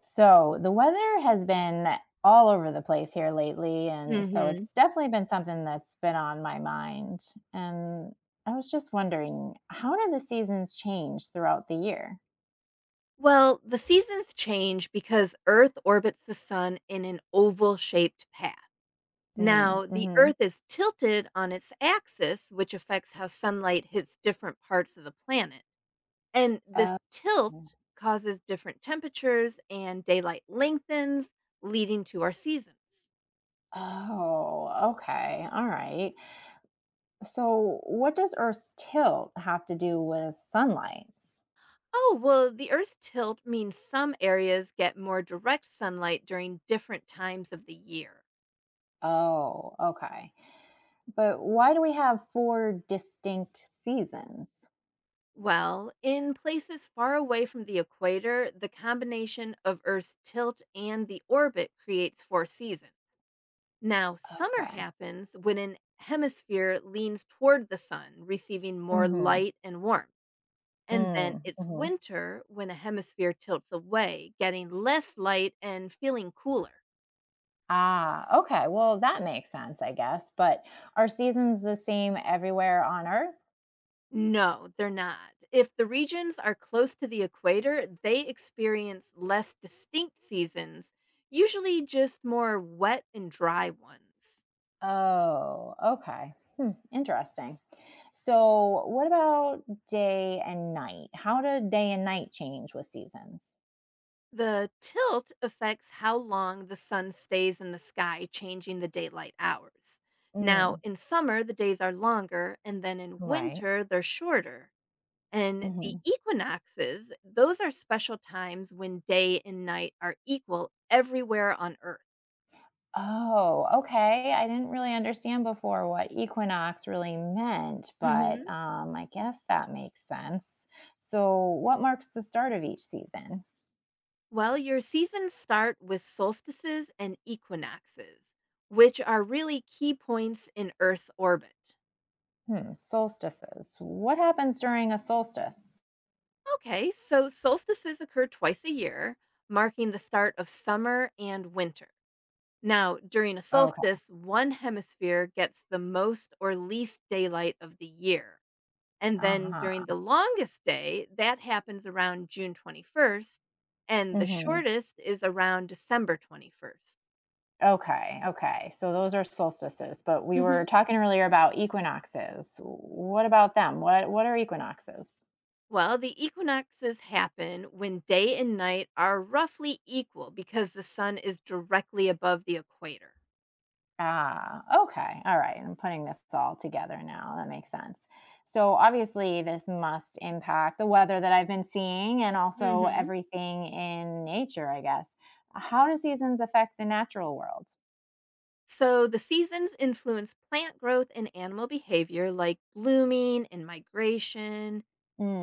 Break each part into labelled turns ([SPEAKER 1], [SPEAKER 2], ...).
[SPEAKER 1] So the weather has been all over the place here lately. And so
[SPEAKER 2] Mhm.
[SPEAKER 1] it's definitely been something that's been on my mind. And I was just wondering, how do the seasons change throughout the year?
[SPEAKER 2] Well, the seasons change because Earth orbits the sun in an oval shaped path. Now, the
[SPEAKER 1] Mm-hmm.
[SPEAKER 2] Earth is tilted on its axis, which affects how sunlight hits different parts of the planet. And this
[SPEAKER 1] Uh,
[SPEAKER 2] tilt causes different temperatures, and daylight lengthens, leading to our seasons.
[SPEAKER 1] Oh, okay. All right. So what does Earth's tilt have to do with sunlight?
[SPEAKER 2] Oh, well, the Earth's tilt means some areas get more direct sunlight during different times of the year.
[SPEAKER 1] Oh, okay. But why do we have four distinct seasons?
[SPEAKER 2] Well, in places far away from the equator, the combination of Earth's tilt and the orbit creates four seasons. Now, summer
[SPEAKER 1] Okay.
[SPEAKER 2] happens when an hemisphere leans toward the sun, receiving more
[SPEAKER 1] Mm-hmm.
[SPEAKER 2] light and warmth. And then it's
[SPEAKER 1] Mm-hmm.
[SPEAKER 2] winter when a hemisphere tilts away, getting less light and feeling cooler.
[SPEAKER 1] Ah, okay. Well, that makes sense, I guess. But are seasons the same everywhere on Earth?
[SPEAKER 2] No, they're not. If the regions are close to the equator, they experience less distinct seasons, usually just more wet and dry ones.
[SPEAKER 1] Oh, okay. Hmm, interesting. So, what about day and night? How do day and night change with seasons?
[SPEAKER 2] The tilt affects how long the sun stays in the sky, changing the daylight hours. Now,
[SPEAKER 1] Mm,
[SPEAKER 2] in summer, the days are longer, and then in
[SPEAKER 1] right.
[SPEAKER 2] winter, they're shorter. And the
[SPEAKER 1] Hmm.
[SPEAKER 2] equinoxes, those are special times when day and night are equal everywhere on Earth.
[SPEAKER 1] Oh, okay. I didn't really understand before what equinox really meant, but
[SPEAKER 2] Hmm.
[SPEAKER 1] I guess that makes sense. So, what marks the start of each season?
[SPEAKER 2] Well, your seasons start with solstices and equinoxes, which are really key points in Earth's orbit.
[SPEAKER 1] Hmm, solstices. What happens during a solstice?
[SPEAKER 2] Okay, so solstices occur twice a year, marking the start of summer and winter. Now, during a
[SPEAKER 1] Okay.
[SPEAKER 2] solstice, one hemisphere gets the most or least daylight of the year. And then
[SPEAKER 1] Uh-huh.
[SPEAKER 2] during the longest day, that happens around June 21st, and the
[SPEAKER 1] Hmm.
[SPEAKER 2] shortest is around December 21st.
[SPEAKER 1] Okay. Okay. So those are solstices, but we were talking earlier about equinoxes. What about them? What are equinoxes?
[SPEAKER 2] Well, the equinoxes happen when day and night are roughly equal because the sun is directly above the equator.
[SPEAKER 1] Ah, okay. All right. I'm putting this all together now. That makes sense. So obviously this must impact the weather that I've been seeing and also
[SPEAKER 2] Hmm.
[SPEAKER 1] everything in nature, I guess. How do seasons affect the natural world?
[SPEAKER 2] So the seasons influence plant growth and animal behavior, like blooming and migration.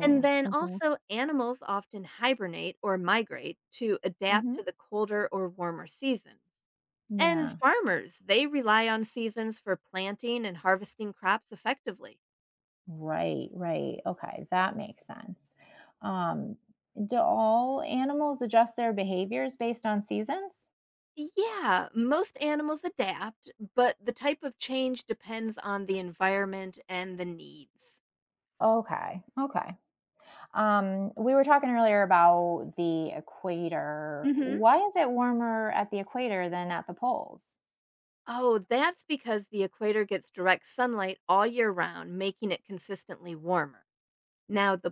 [SPEAKER 2] And then
[SPEAKER 1] Hmm.
[SPEAKER 2] also, animals often hibernate or migrate to adapt to
[SPEAKER 1] Hmm.
[SPEAKER 2] the colder or warmer seasons. And
[SPEAKER 1] Yeah.
[SPEAKER 2] farmers, they rely on seasons for planting and harvesting crops effectively.
[SPEAKER 1] Right, right. Okay, that makes sense. Um, do all animals adjust their behaviors based on seasons?
[SPEAKER 2] Yeah, most animals adapt, but the type of change depends on the environment and the needs.
[SPEAKER 1] Okay, okay. We were talking earlier about the equator.
[SPEAKER 2] Hmm.
[SPEAKER 1] Why is it warmer at the equator than at the poles?
[SPEAKER 2] Oh, that's because the equator gets direct sunlight all year round, making it consistently warmer. Now, the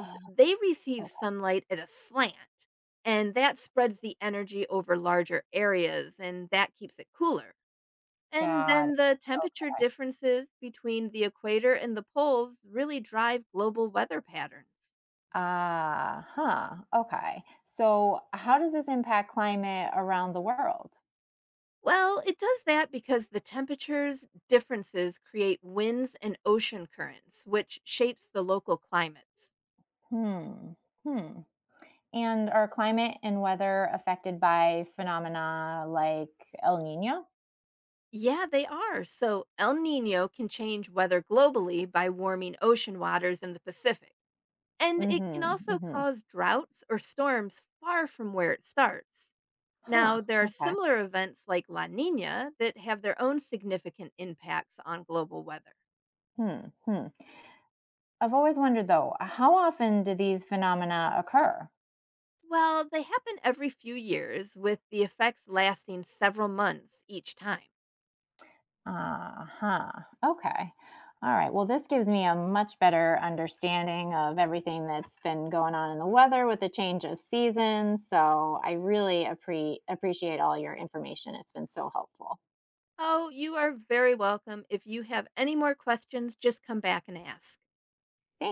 [SPEAKER 1] Oh,
[SPEAKER 2] they receive
[SPEAKER 1] okay.
[SPEAKER 2] sunlight at a slant, and that spreads the energy over larger areas, and that keeps it cooler. And
[SPEAKER 1] Got it.
[SPEAKER 2] then the temperature differences between the equator and the poles really drive global weather patterns.
[SPEAKER 1] Ah, huh. Okay. So, how does this impact climate around the world?
[SPEAKER 2] Well, it does that because the temperatures differences create winds and ocean currents, which shapes the local climates.
[SPEAKER 1] Hmm. Hmm. And are climate and weather affected by phenomena like El Nino?
[SPEAKER 2] Yeah, they are. So El Nino can change weather globally by warming ocean waters in the Pacific. And it can
[SPEAKER 1] Mm-hmm.
[SPEAKER 2] also
[SPEAKER 1] Mm-hmm.
[SPEAKER 2] cause droughts or storms far from where it starts.
[SPEAKER 1] Huh.
[SPEAKER 2] Now, there are
[SPEAKER 1] Okay.
[SPEAKER 2] similar events like La Nina that have their own significant impacts on global weather.
[SPEAKER 1] Hmm. Hmm. I've always wondered though, how often do these phenomena occur?
[SPEAKER 2] Well, they happen every few years, with the effects lasting several months each time.
[SPEAKER 1] Uh-huh. Okay. All right. Well, this gives me a much better understanding of everything that's been going on in the weather with the change of seasons. So I really appreciate all your information. It's been so helpful.
[SPEAKER 2] Oh, you are very welcome. If you have any more questions, just come back and ask.
[SPEAKER 1] Thanks.